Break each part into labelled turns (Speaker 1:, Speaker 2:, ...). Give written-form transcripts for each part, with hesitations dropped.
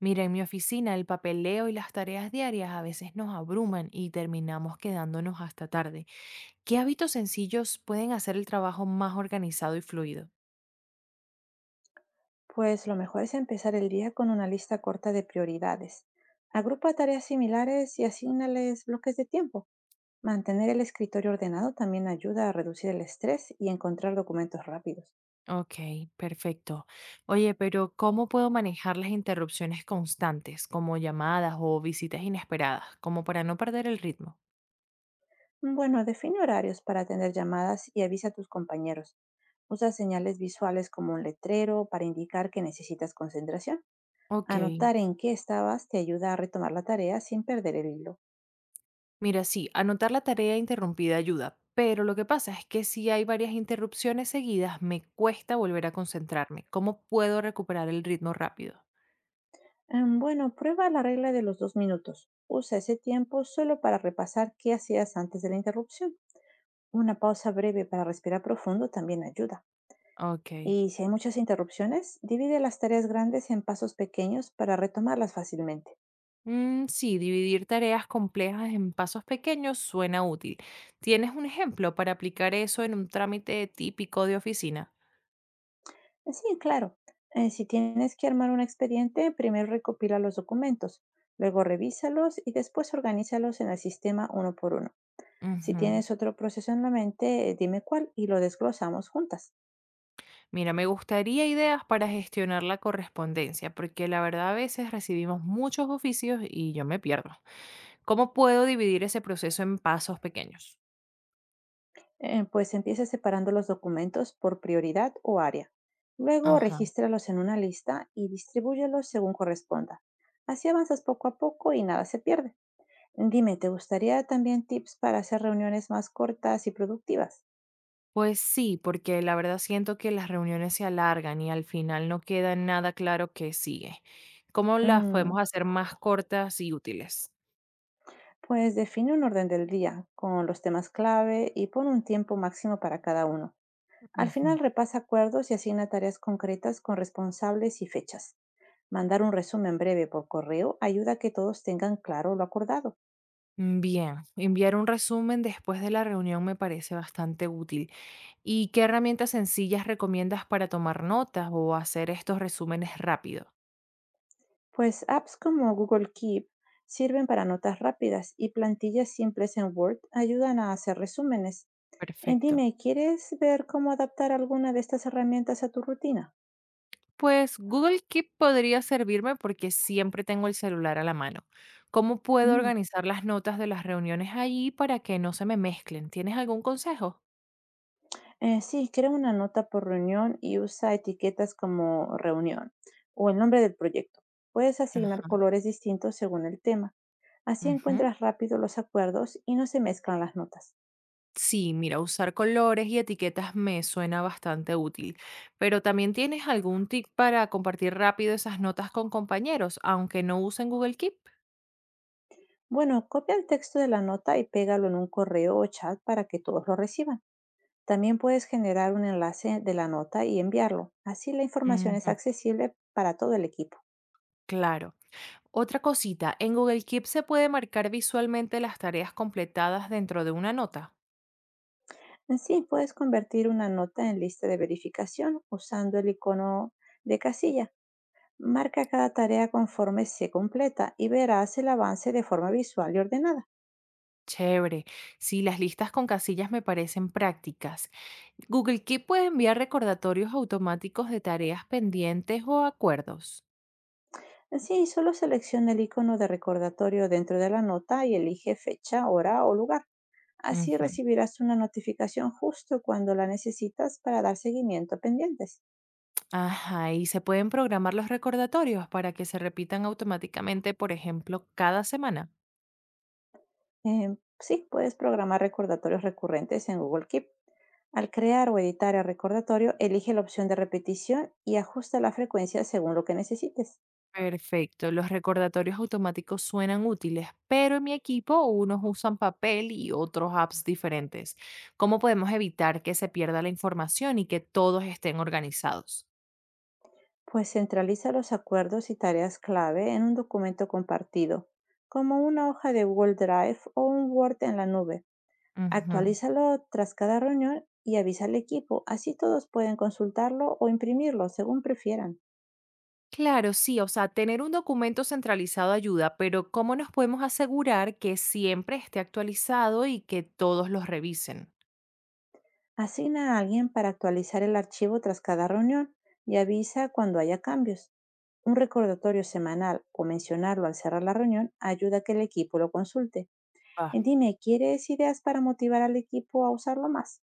Speaker 1: Mira, en mi oficina el papeleo y las tareas diarias a veces nos abruman y terminamos quedándonos hasta tarde. ¿Qué hábitos sencillos pueden hacer el trabajo más organizado y fluido?
Speaker 2: Pues lo mejor es empezar el día con una lista corta de prioridades. Agrupa tareas similares y asígnales bloques de tiempo. Mantener el escritorio ordenado también ayuda a reducir el estrés y encontrar documentos rápidos.
Speaker 1: Ok, perfecto. Oye, pero ¿cómo puedo manejar las interrupciones constantes, como llamadas o visitas inesperadas, como para no perder el ritmo?
Speaker 2: Bueno, define horarios para atender llamadas y avisa a tus compañeros. Usa señales visuales como un letrero para indicar que necesitas concentración.
Speaker 1: Ok,
Speaker 2: Anotar en qué estabas te ayuda a retomar la tarea sin perder el hilo.
Speaker 1: mira, sí, anotar la tarea interrumpida ayuda, pero lo que pasa es que si hay varias interrupciones seguidas, me cuesta volver a concentrarme. ¿Cómo puedo recuperar el ritmo rápido?
Speaker 2: Bueno, prueba la regla de los 2 minutos. Usa ese tiempo solo para repasar qué hacías antes de la interrupción. Una pausa breve para respirar profundo también ayuda.
Speaker 1: Ok.
Speaker 2: Y si hay muchas interrupciones, divide las tareas grandes en pasos pequeños para retomarlas fácilmente.
Speaker 1: Mm, sí, dividir tareas complejas en pasos pequeños suena útil. ¿Tienes un ejemplo para aplicar eso en un trámite típico de oficina?
Speaker 2: Sí, claro. Si tienes que armar un expediente, primero recopila los documentos, luego revísalos y después organízalos en el sistema uno por uno. Si
Speaker 1: Ujú.
Speaker 2: tienes otro proceso en la mente, dime cuál y lo desglosamos juntas.
Speaker 1: Mira, me gustaría ideas para gestionar la correspondencia, porque la verdad a veces recibimos muchos oficios y yo me pierdo. ¿Cómo puedo dividir ese proceso en pasos pequeños?
Speaker 2: Pues empieza separando los documentos por prioridad o área. Luego,
Speaker 1: Ajá.
Speaker 2: regístralos en una lista y distribúyelos según corresponda. Así avanzas poco a poco y nada se pierde. Dime, ¿te gustaría también tips para hacer reuniones más cortas y productivas?
Speaker 1: Pues sí, porque la verdad siento que las reuniones se alargan y al final no queda nada claro qué sigue. ¿Cómo las
Speaker 2: Mm,
Speaker 1: podemos hacer más cortas y útiles?
Speaker 2: pues define un orden del día con los temas clave y pon un tiempo máximo para cada uno. Al
Speaker 1: Ujú.
Speaker 2: final repasa acuerdos y asigna tareas concretas con responsables y fechas. Mandar un resumen breve por correo ayuda a que todos tengan claro lo acordado.
Speaker 1: Bien, enviar un resumen después de la reunión me parece bastante útil. ¿Y qué herramientas sencillas recomiendas para tomar notas o hacer estos resúmenes rápido?
Speaker 2: Pues apps como Google Keep sirven para notas rápidas y plantillas simples en Word ayudan a hacer resúmenes.
Speaker 1: Perfecto.
Speaker 2: Dime, ¿quieres ver cómo adaptar alguna de estas herramientas a tu rutina?
Speaker 1: Pues Google Keep podría servirme porque siempre tengo el celular a la mano. ¿Cómo puedo
Speaker 2: Mm.
Speaker 1: organizar las notas de las reuniones allí para que no se me mezclen? ¿Tienes algún consejo?
Speaker 2: Sí, crea una nota por reunión y usa etiquetas como reunión o el nombre del proyecto. Puedes asignar
Speaker 1: Ajá.
Speaker 2: colores distintos según el tema. Así
Speaker 1: Ujú.
Speaker 2: encuentras rápido los acuerdos y no se mezclan las notas.
Speaker 1: Sí, mira, usar colores y etiquetas me suena bastante útil, pero también tienes algún tip para compartir rápido esas notas con compañeros, aunque no usen Google Keep.
Speaker 2: Bueno, copia el texto de la nota y pégalo en un correo o chat para que todos lo reciban. También puedes generar un enlace de la nota y enviarlo. Así la información es
Speaker 1: Ujú,
Speaker 2: accesible para todo el equipo.
Speaker 1: claro. Otra cosita, en Google Keep se puede marcar visualmente las tareas completadas dentro de una nota.
Speaker 2: En sí, puedes convertir una nota en lista de verificación usando el icono de casilla. Marca cada tarea conforme se completa y verás el avance de forma visual y ordenada.
Speaker 1: Chévere. Sí, las listas con casillas me parecen prácticas. Google Keep puede enviar recordatorios automáticos de tareas pendientes o acuerdos.
Speaker 2: Sí, solo selecciona el icono de recordatorio dentro de la nota y elige fecha, hora o lugar. Así
Speaker 1: Ujú.
Speaker 2: recibirás una notificación justo cuando la necesitas para dar seguimiento a pendientes.
Speaker 1: Ajá, y se pueden programar los recordatorios para que se repitan automáticamente, por ejemplo, cada semana.
Speaker 2: Sí, puedes programar recordatorios recurrentes en Google Keep. Al crear o editar el recordatorio, elige la opción de repetición y ajusta la frecuencia según lo que necesites.
Speaker 1: Perfecto, los recordatorios automáticos suenan útiles, pero en mi equipo unos usan papel y otros apps diferentes. ¿Cómo podemos evitar que se pierda la información y que todos estén organizados?
Speaker 2: Pues centraliza los acuerdos y tareas clave en un documento compartido, como una hoja de Google Drive o un Word en la nube. Actualízalo tras cada reunión y avisa al equipo. Así todos pueden consultarlo o imprimirlo, según prefieran.
Speaker 1: Claro, sí, o sea, tener un documento centralizado ayuda, pero ¿cómo nos podemos asegurar que siempre esté actualizado y que todos los revisen?
Speaker 2: Asigna a alguien para actualizar el archivo tras cada reunión y avisa cuando haya cambios. Un recordatorio semanal o mencionarlo al cerrar la reunión ayuda a que el equipo lo consulte.
Speaker 1: Ah,
Speaker 2: Dime, ¿quieres ideas para motivar al equipo a usarlo más?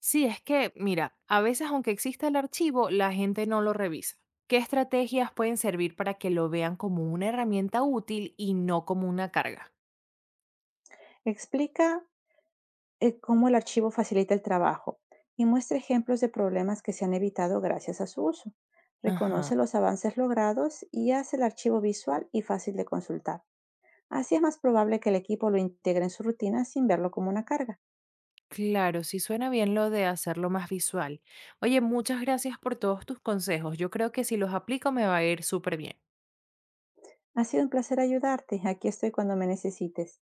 Speaker 1: sí, es que, mira, a veces aunque exista el archivo, la gente no lo revisa. ¿Qué estrategias pueden servir para que lo vean como una herramienta útil y no como una carga?
Speaker 2: Explica cómo el archivo facilita el trabajo y muestra ejemplos de problemas que se han evitado gracias a su uso.
Speaker 1: Ajá.
Speaker 2: Reconoce los avances logrados y hace el archivo visual y fácil de consultar. Así es más probable que el equipo lo integre en su rutina sin verlo como una carga.
Speaker 1: Claro, sí suena bien lo de hacerlo más visual. Oye, muchas gracias por todos tus consejos. Yo creo que si los aplico me va a ir súper bien.
Speaker 2: Ha sido un placer ayudarte. Aquí estoy cuando me necesites.